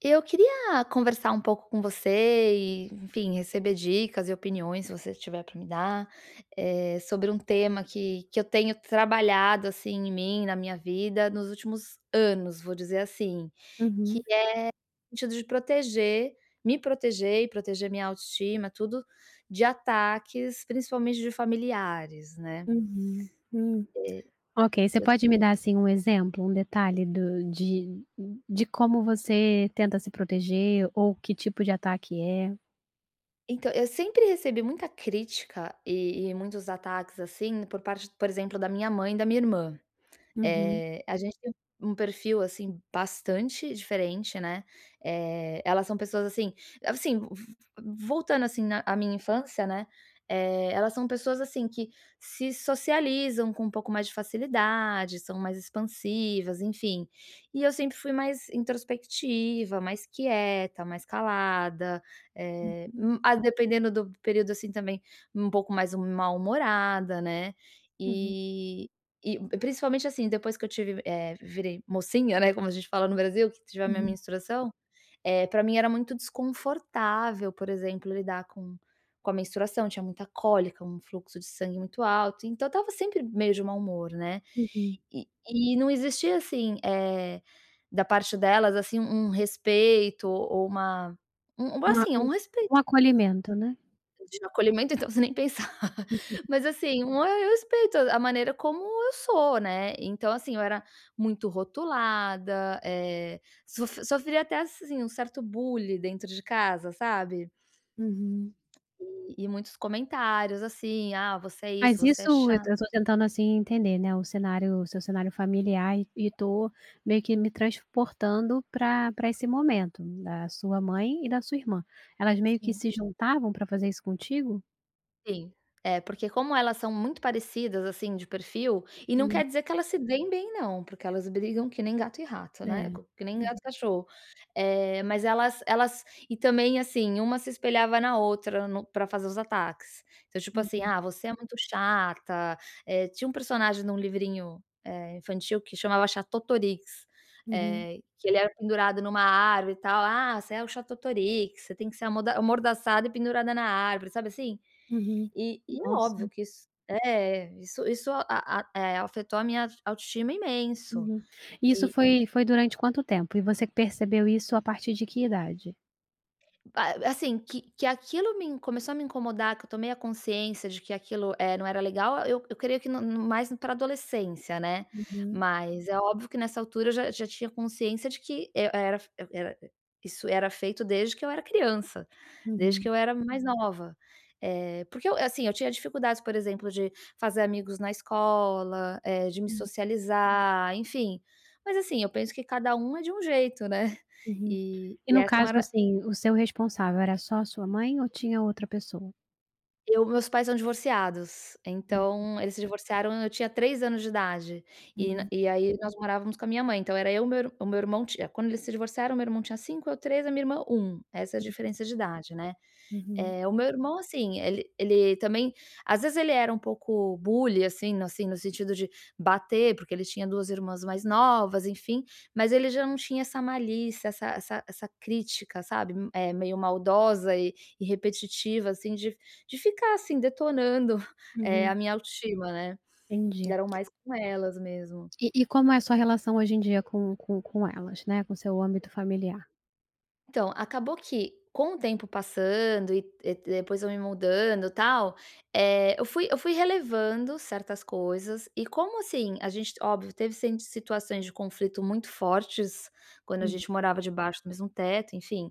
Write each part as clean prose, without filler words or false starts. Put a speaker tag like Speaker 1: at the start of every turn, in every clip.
Speaker 1: Eu queria conversar um pouco com você e, enfim, receber dicas e opiniões, se você tiver para me dar, sobre um tema que eu tenho trabalhado assim em mim, na minha vida, nos últimos anos, vou dizer assim, que
Speaker 2: Uhum,
Speaker 1: é o sentido de proteger, me proteger e proteger minha autoestima, tudo de ataques, principalmente de familiares, né?
Speaker 2: uhum. Ok, você
Speaker 1: Eu-
Speaker 2: pode me dar, assim, um exemplo, um detalhe do de como você tenta se proteger ou que tipo de ataque é?
Speaker 1: então, eu sempre recebi muita crítica e muitos ataques assim por parte, por exemplo, da minha mãe e da minha irmã.
Speaker 2: Uhum,
Speaker 1: A gente tem um perfil, assim, bastante diferente, né, elas são pessoas, assim, v voltando, assim, na à minha infância, né, elas são pessoas, assim, que se socializam com um pouco mais de facilidade, são mais expansivas, enfim. E eu sempre fui mais introspectiva, mais quieta, mais calada,
Speaker 2: uhum,
Speaker 1: dependendo do período, assim, também um pouco mais mal-humorada, né,
Speaker 2: uhum,
Speaker 1: e e principalmente, assim, depois que eu tive, virei mocinha, né, como a gente fala no Brasil, que tive a minha
Speaker 2: uhum,
Speaker 1: menstruação, pra mim era muito desconfortável, por exemplo, lidar com a menstruação, tinha muita cólica, um fluxo de sangue muito alto, então eu estava sempre meio de mau humor, né.
Speaker 2: uhum.
Speaker 1: E não existia, assim, da parte delas, assim, um respeito ou
Speaker 2: Um a
Speaker 1: assim, um
Speaker 2: um
Speaker 1: respeito
Speaker 2: um acolhimento, né?
Speaker 1: de acolhimento, então, você nem pensar. Mas, assim, um é eu respeito a maneira como eu sou, né. Então, assim, eu era muito rotulada, sofria até, assim, um certo bullying dentro de casa, sabe.
Speaker 2: Uhum.
Speaker 1: E muitos comentários, assim: "Ah, você é isso,
Speaker 2: Mas
Speaker 1: você é
Speaker 2: isso eu
Speaker 1: chata".
Speaker 2: tô eu tô tentando, assim, entender, né, o seu cenário familiar e tô meio que me transportando para esse momento da sua mãe e da sua irmã. Elas meio que se juntavam para fazer isso contigo?
Speaker 1: Sim. É, porque como elas são muito parecidas, assim, de perfil, e não
Speaker 2: Hum,
Speaker 1: quer dizer que elas se deem bem não, porque elas brigam que nem gato e rato, né,
Speaker 2: é.
Speaker 1: co que nem
Speaker 2: Uhum,
Speaker 1: gato e cachorro. Mas elas e também, assim, uma se espelhava na outra no pra fazer os ataques. Então, tipo assim:
Speaker 2: uhum,
Speaker 1: "Ah, você é muito chata". Tinha um personagem num livrinho, infantil que chamava Chatotorix,
Speaker 2: uhum,
Speaker 1: que ele era pendurado numa árvore e tal. "Ah, você é o Chatotorix, você tem que ser amoda amordaçada e pendurada na árvore", sabe assim?
Speaker 2: uhum.
Speaker 1: E é
Speaker 2: Nossa,
Speaker 1: óbvio que isso afetou a minha autoestima imenso.
Speaker 2: uhum. E isso foi durante quanto tempo? E você percebeu isso a partir de que idade?
Speaker 1: A assim, que aquilo me in começou a me incomodar, que eu tomei a consciência de que aquilo não era legal, eu creio que no mais para adolescência, né.
Speaker 2: Uhum,
Speaker 1: Mas é óbvio que nessa altura eu já tinha consciência de que eu era isso era feito desde que eu era criança, desde que
Speaker 2: uhum,
Speaker 1: eu era mais nova. É porque eu assim, eu tinha dificuldades, por exemplo, de fazer amigos na escola, de me
Speaker 2: hum,
Speaker 1: socializar, enfim. Mas assim, eu penso que cada um é de um jeito, né.
Speaker 2: uhum. E
Speaker 1: E
Speaker 2: no
Speaker 1: essa
Speaker 2: caso,
Speaker 1: era
Speaker 2: assim, o seu responsável era só a sua mãe ou tinha outra pessoa?
Speaker 1: Eu meus pais são divorciados,
Speaker 2: Hum,
Speaker 1: então eles se divorciaram, eu tinha 3 anos de idade,
Speaker 2: uhum,
Speaker 1: e aí nós morávamos com a minha mãe, então era eu, meu ir o meu irmão tinha quando eles se divorciaram, meu irmão tinha 5, eu 3, a minha irmã 1, essa é a
Speaker 2: hum,
Speaker 1: diferença de idade, né.
Speaker 2: uhum,
Speaker 1: É, o meu irmão, assim, ele também às vezes ele era um pouco bully, assim, assim, no sentido de bater, porque ele tinha 2 irmãs mais novas, enfim, mas ele já não tinha essa malícia, essa crítica, sabe, meio maldosa e repetitiva, assim, de ficar, assim, detonando, a
Speaker 2: uhum.
Speaker 1: minha autoestima, né.
Speaker 2: Entendi.
Speaker 1: Eram mais com elas mesmo.
Speaker 2: E como é a sua relação hoje em dia com elas, né, com seu âmbito familiar?
Speaker 1: Então, acabou que com o tempo passando e depois eu me mudando, tal, eu fui relevando certas coisas e como, assim, a gente óbvio, teve sim situações de conflito muito fortes quando a
Speaker 2: Hum,
Speaker 1: gente morava debaixo do mesmo teto, enfim.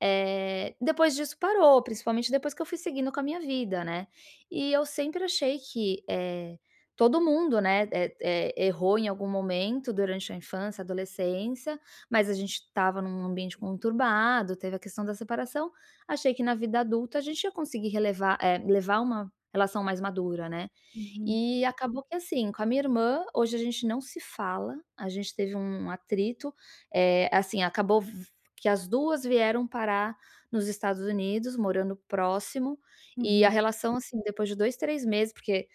Speaker 1: Depois disso parou, principalmente depois que eu fui seguindo com a minha vida, né. E eu sempre achei que, todo mundo, né, errou em algum momento durante a infância, adolescência, mas a gente estava num ambiente conturbado, teve a questão da separação, achei que na vida adulta a gente ia conseguir levar uma relação mais madura, né.
Speaker 2: uhum,
Speaker 1: E acabou que assim, com a minha irmã, hoje a gente não se fala, a gente teve um atrito, assim, acabou que as 2 vieram parar nos Estados Unidos, morando próximo, e a
Speaker 2: uhum,
Speaker 1: relação, assim, depois de 2 3 meses, porque,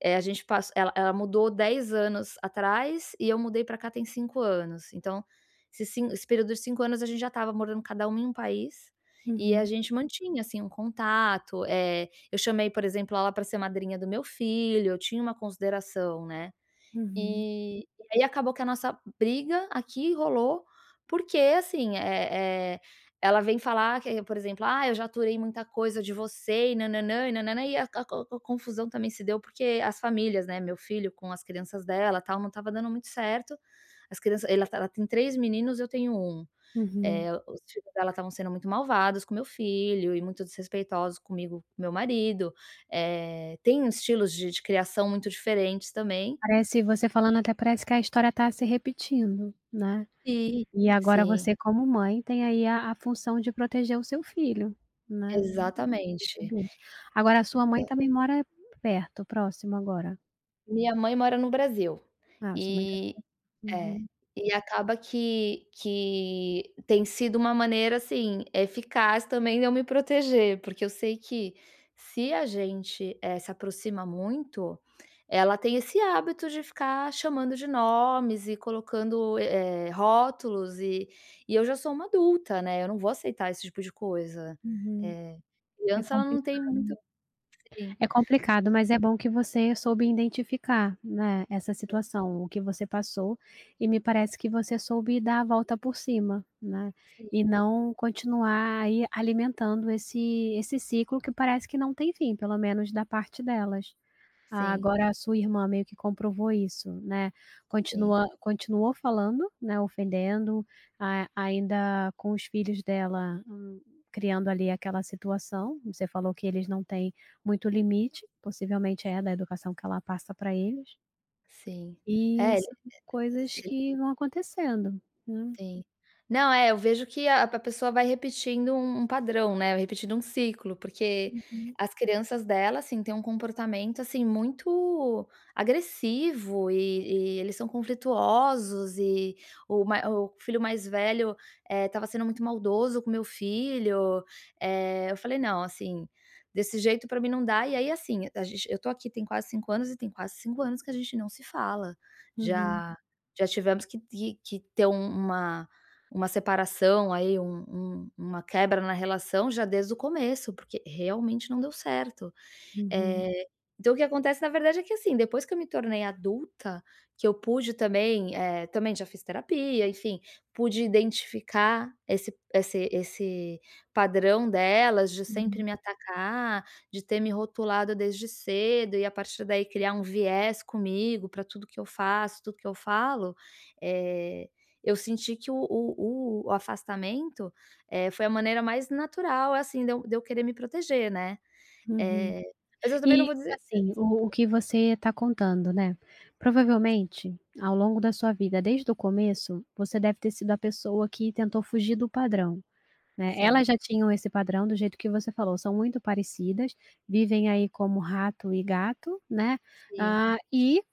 Speaker 1: a gente pass ela ela mudou 10 anos atrás e eu mudei para cá tem 5 anos. Então, esse período de 5 anos a gente já estava morando cada um em um país, e a
Speaker 2: uhum,
Speaker 1: gente mantinha, assim, um contato, eu chamei, por exemplo, ela para ser madrinha do meu filho, eu tinha uma consideração, né.
Speaker 2: uhum,
Speaker 1: E e aí acabou que a nossa briga aqui rolou, porque assim, ela vem falar que, por exemplo: "Ah, eu já aturei muita coisa de você e nananã e nananã e a co confusão também se deu porque as famílias, né, meu filho com as crianças dela, tal, não estava dando muito certo. As crianças ela tá, ela tem 3 meninos, eu tenho um.
Speaker 2: uhum.
Speaker 1: Os filhos dela estavam sendo muito malvados com meu filho e muito desrespeitosos comigo, com meu marido. Tem estilos de criação muito diferentes também.
Speaker 2: Parece você falando até parece que a história está se repetindo, né.
Speaker 1: Sim,
Speaker 2: E agora
Speaker 1: sim,
Speaker 2: você como mãe tem aí a função de proteger o seu filho, né, nesse.
Speaker 1: exatamente.
Speaker 2: Agora a sua mãe
Speaker 1: Então
Speaker 2: também mora perto, próximo agora?
Speaker 1: minha mãe mora no Brasil,
Speaker 2: Ah, sua mãe tá,
Speaker 1: e é,
Speaker 2: uhum,
Speaker 1: e acaba que tem sido uma maneira, assim, eficaz também de eu me proteger, porque eu sei que se a gente, se aproxima muito, ela tem esse hábito de ficar chamando de nomes e colocando, rótulos e eu já sou uma adulta, né, eu não vou aceitar esse tipo de coisa.
Speaker 2: uhum.
Speaker 1: Eh,
Speaker 2: É
Speaker 1: Criança ela não tem.
Speaker 2: complicado.
Speaker 1: Sim,
Speaker 2: É complicado, mas é bom que você soube identificar, né, essa situação, o que você passou, e me parece que você soube dar a volta por cima, né,
Speaker 1: sim,
Speaker 2: e não continuar aí alimentando esse ciclo que parece que não tem fim, pelo menos da parte delas. Ah,
Speaker 1: sim,
Speaker 2: agora a sua irmã meio que comprovou isso, né,
Speaker 1: sim,
Speaker 2: continua continuou falando, né, ofendendo, a ainda com os filhos dela, criando ali aquela situação, você falou que eles não têm muito limite, possivelmente é da educação que ela passa para eles,
Speaker 1: sim.
Speaker 2: e
Speaker 1: É,
Speaker 2: são coisas
Speaker 1: ele.
Speaker 2: que vão acontecendo, né.
Speaker 1: Sim. Não, é, eu vejo que a pessoa vai repetindo um padrão, né, repetindo um ciclo, porque
Speaker 2: Uhum,
Speaker 1: as crianças dela, assim, têm um comportamento, assim, muito agressivo e eles são conflituosos e o filho mais velho, estava sendo muito maldoso com meu filho, eu falei: "Não, assim, desse jeito pra mim não dá". E aí, assim, a gente eu tô aqui tem quase 5 anos e tem quase 5 anos que a gente não se fala.
Speaker 2: uhum,
Speaker 1: Já já tivemos que ter uma separação aí, uma quebra na relação já desde o começo, porque realmente não deu certo.
Speaker 2: uhum,
Speaker 1: Eh, então o que acontece na verdade é que, assim, depois que eu me tornei adulta, que eu pude também, também já fiz terapia, enfim, pude identificar esse padrão delas de sempre me atacar, de ter me rotulado desde cedo e a partir daí criar um viés comigo para tudo que eu faço, tudo que eu falo, eh, eu senti que o afastamento, foi a maneira mais natural, assim, de eu querer me proteger, né.
Speaker 2: uhum.
Speaker 1: Eh, mas eu também não
Speaker 2: E,
Speaker 1: vou dizer.
Speaker 2: assim, o que você está contando, né, provavelmente, ao longo da sua vida, desde o começo, você deve ter sido a pessoa que tentou fugir do padrão, né.
Speaker 1: Sim.
Speaker 2: Elas já tinham esse padrão do jeito que você falou, são muito parecidas, vivem aí como rato e gato, né,
Speaker 1: Sim,
Speaker 2: ah e.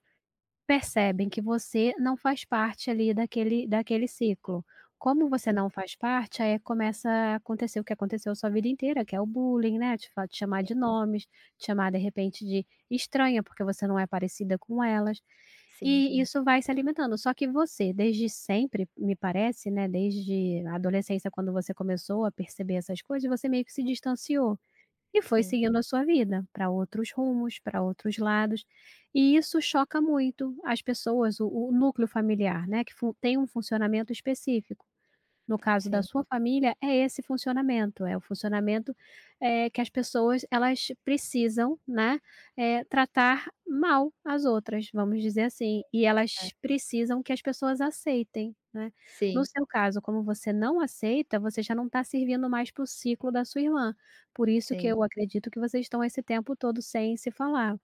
Speaker 2: Percebem que você não faz parte ali daquele ciclo. Como você
Speaker 1: sim,
Speaker 2: não faz parte, aí começa a acontecer o que aconteceu a sua vida inteira, que é o bullying, né, te chamar de nomes, te chamar de repente de estranha, porque você não é parecida com elas,
Speaker 1: sim,
Speaker 2: e isso vai se alimentando. Só que você, desde sempre, me parece, né, desde a adolescência, quando você começou a perceber essas coisas, você meio que se distanciou. E foi
Speaker 1: sim,
Speaker 2: seguindo a sua vida para outros rumos, para outros lados, e isso choca muito as pessoas, o núcleo familiar, né, que fu tem um funcionamento específico. No caso da
Speaker 1: sim,
Speaker 2: sua família, é esse funcionamento, é o funcionamento, que as pessoas elas precisam, né, tratar mal as outras, vamos dizer assim, e
Speaker 1: é,
Speaker 2: elas precisam que as pessoas aceitem, né. No
Speaker 1: sim,
Speaker 2: seu caso, como você não aceita, você já não está servindo mais para o ciclo da sua irmã, por isso que
Speaker 1: sim,
Speaker 2: eu acredito que vocês estão esse tempo todo sem se falar,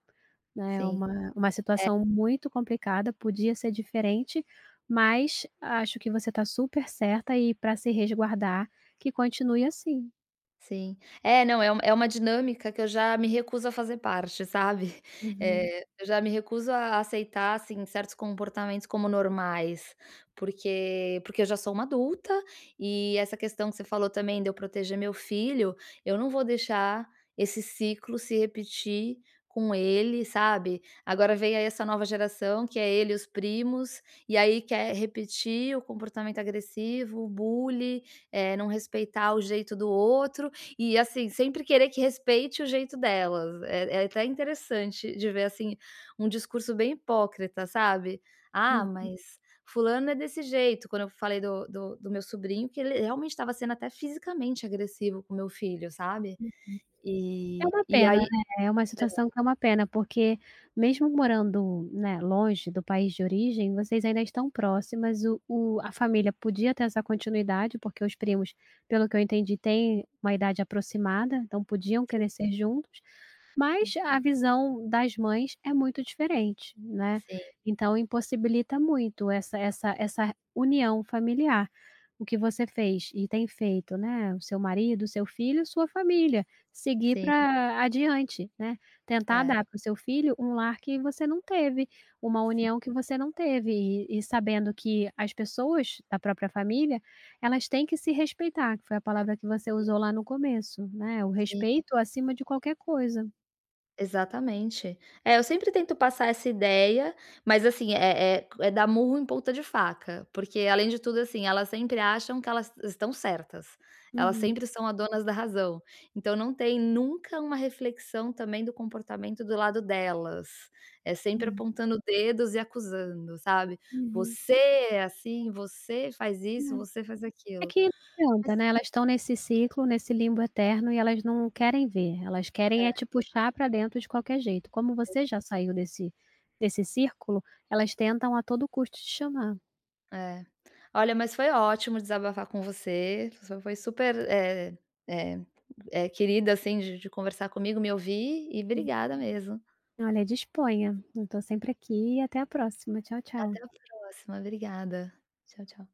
Speaker 2: né, é
Speaker 1: sim.
Speaker 2: uma situação muito complicada, podia ser diferente, mas acho que você está super certa e para se resguardar, que continue assim.
Speaker 1: Sim. É, não, é uma dinâmica que eu já me recuso a fazer parte, sabe.
Speaker 2: Uhum,
Speaker 1: Eu já me recuso a aceitar, assim, certos comportamentos como normais, porque eu já sou uma adulta, e essa questão que você falou também de eu proteger meu filho, eu não vou deixar esse ciclo se repetir com ele, sabe. Agora vem aí essa nova geração, que é ele e os primos, e aí quer repetir o comportamento agressivo, o bullying, é não respeitar o jeito do outro, e assim, sempre querer que respeite o jeito delas. É até interessante de ver, assim, um discurso bem hipócrita, sabe. "Ah,
Speaker 2: hum.
Speaker 1: mas fulano é desse jeito", quando eu falei do meu sobrinho, que ele realmente estava sendo até fisicamente agressivo com meu filho, sabe.
Speaker 2: É
Speaker 1: E
Speaker 2: uma
Speaker 1: e
Speaker 2: pena,
Speaker 1: aí,
Speaker 2: né, é uma situação que é uma pena, porque mesmo morando, né, longe do país de origem, vocês ainda estão próximas, o a família podia ter essa continuidade, porque os primos, pelo que eu entendi, têm uma idade aproximada, então podiam
Speaker 1: sim,
Speaker 2: crescer juntos. Mas a visão das mães é muito diferente, né,
Speaker 1: sim,
Speaker 2: então impossibilita muito essa união familiar. O que você fez e tem feito, né, o seu marido, o seu filho, sua família, seguir
Speaker 1: sim,
Speaker 2: para adiante, né, tentar
Speaker 1: é,
Speaker 2: dar para o seu filho um lar que você não teve, uma
Speaker 1: sim,
Speaker 2: união que você não teve e sabendo que as pessoas da própria família, elas têm que se respeitar, que foi a palavra que você
Speaker 1: sim.
Speaker 2: usou lá no começo, né, o respeito acima de qualquer coisa.
Speaker 1: Exatamente. É, eu sempre tento passar essa ideia, mas assim, é dar murro em ponta de faca, porque além de tudo, assim, elas sempre acham que elas estão certas, elas
Speaker 2: Uhum,
Speaker 1: sempre são a donas da razão, então não tem nunca uma reflexão também do comportamento do lado delas, é sempre
Speaker 2: hum,
Speaker 1: apontando dedos e acusando, sabe.
Speaker 2: uhum.
Speaker 1: "Você é assim, você faz isso, você faz
Speaker 2: É, é
Speaker 1: aquilo".
Speaker 2: que não adianta, né, elas estão nesse ciclo, nesse limbo eterno e elas não querem ver, elas querem é te puxar pra dentro de qualquer jeito. Como você já saiu desse desse círculo, elas tentam a todo custo te chamar.
Speaker 1: É. Olha, mas foi ótimo desabafar com você, você foi super, eh querida, assim, de conversar comigo, me ouvir e obrigada mesmo.
Speaker 2: Olha, disponha, eu tô sempre aqui e até a próxima. Tchau,
Speaker 1: Até
Speaker 2: tchau.
Speaker 1: a próxima, obrigada. Tchau, tchau.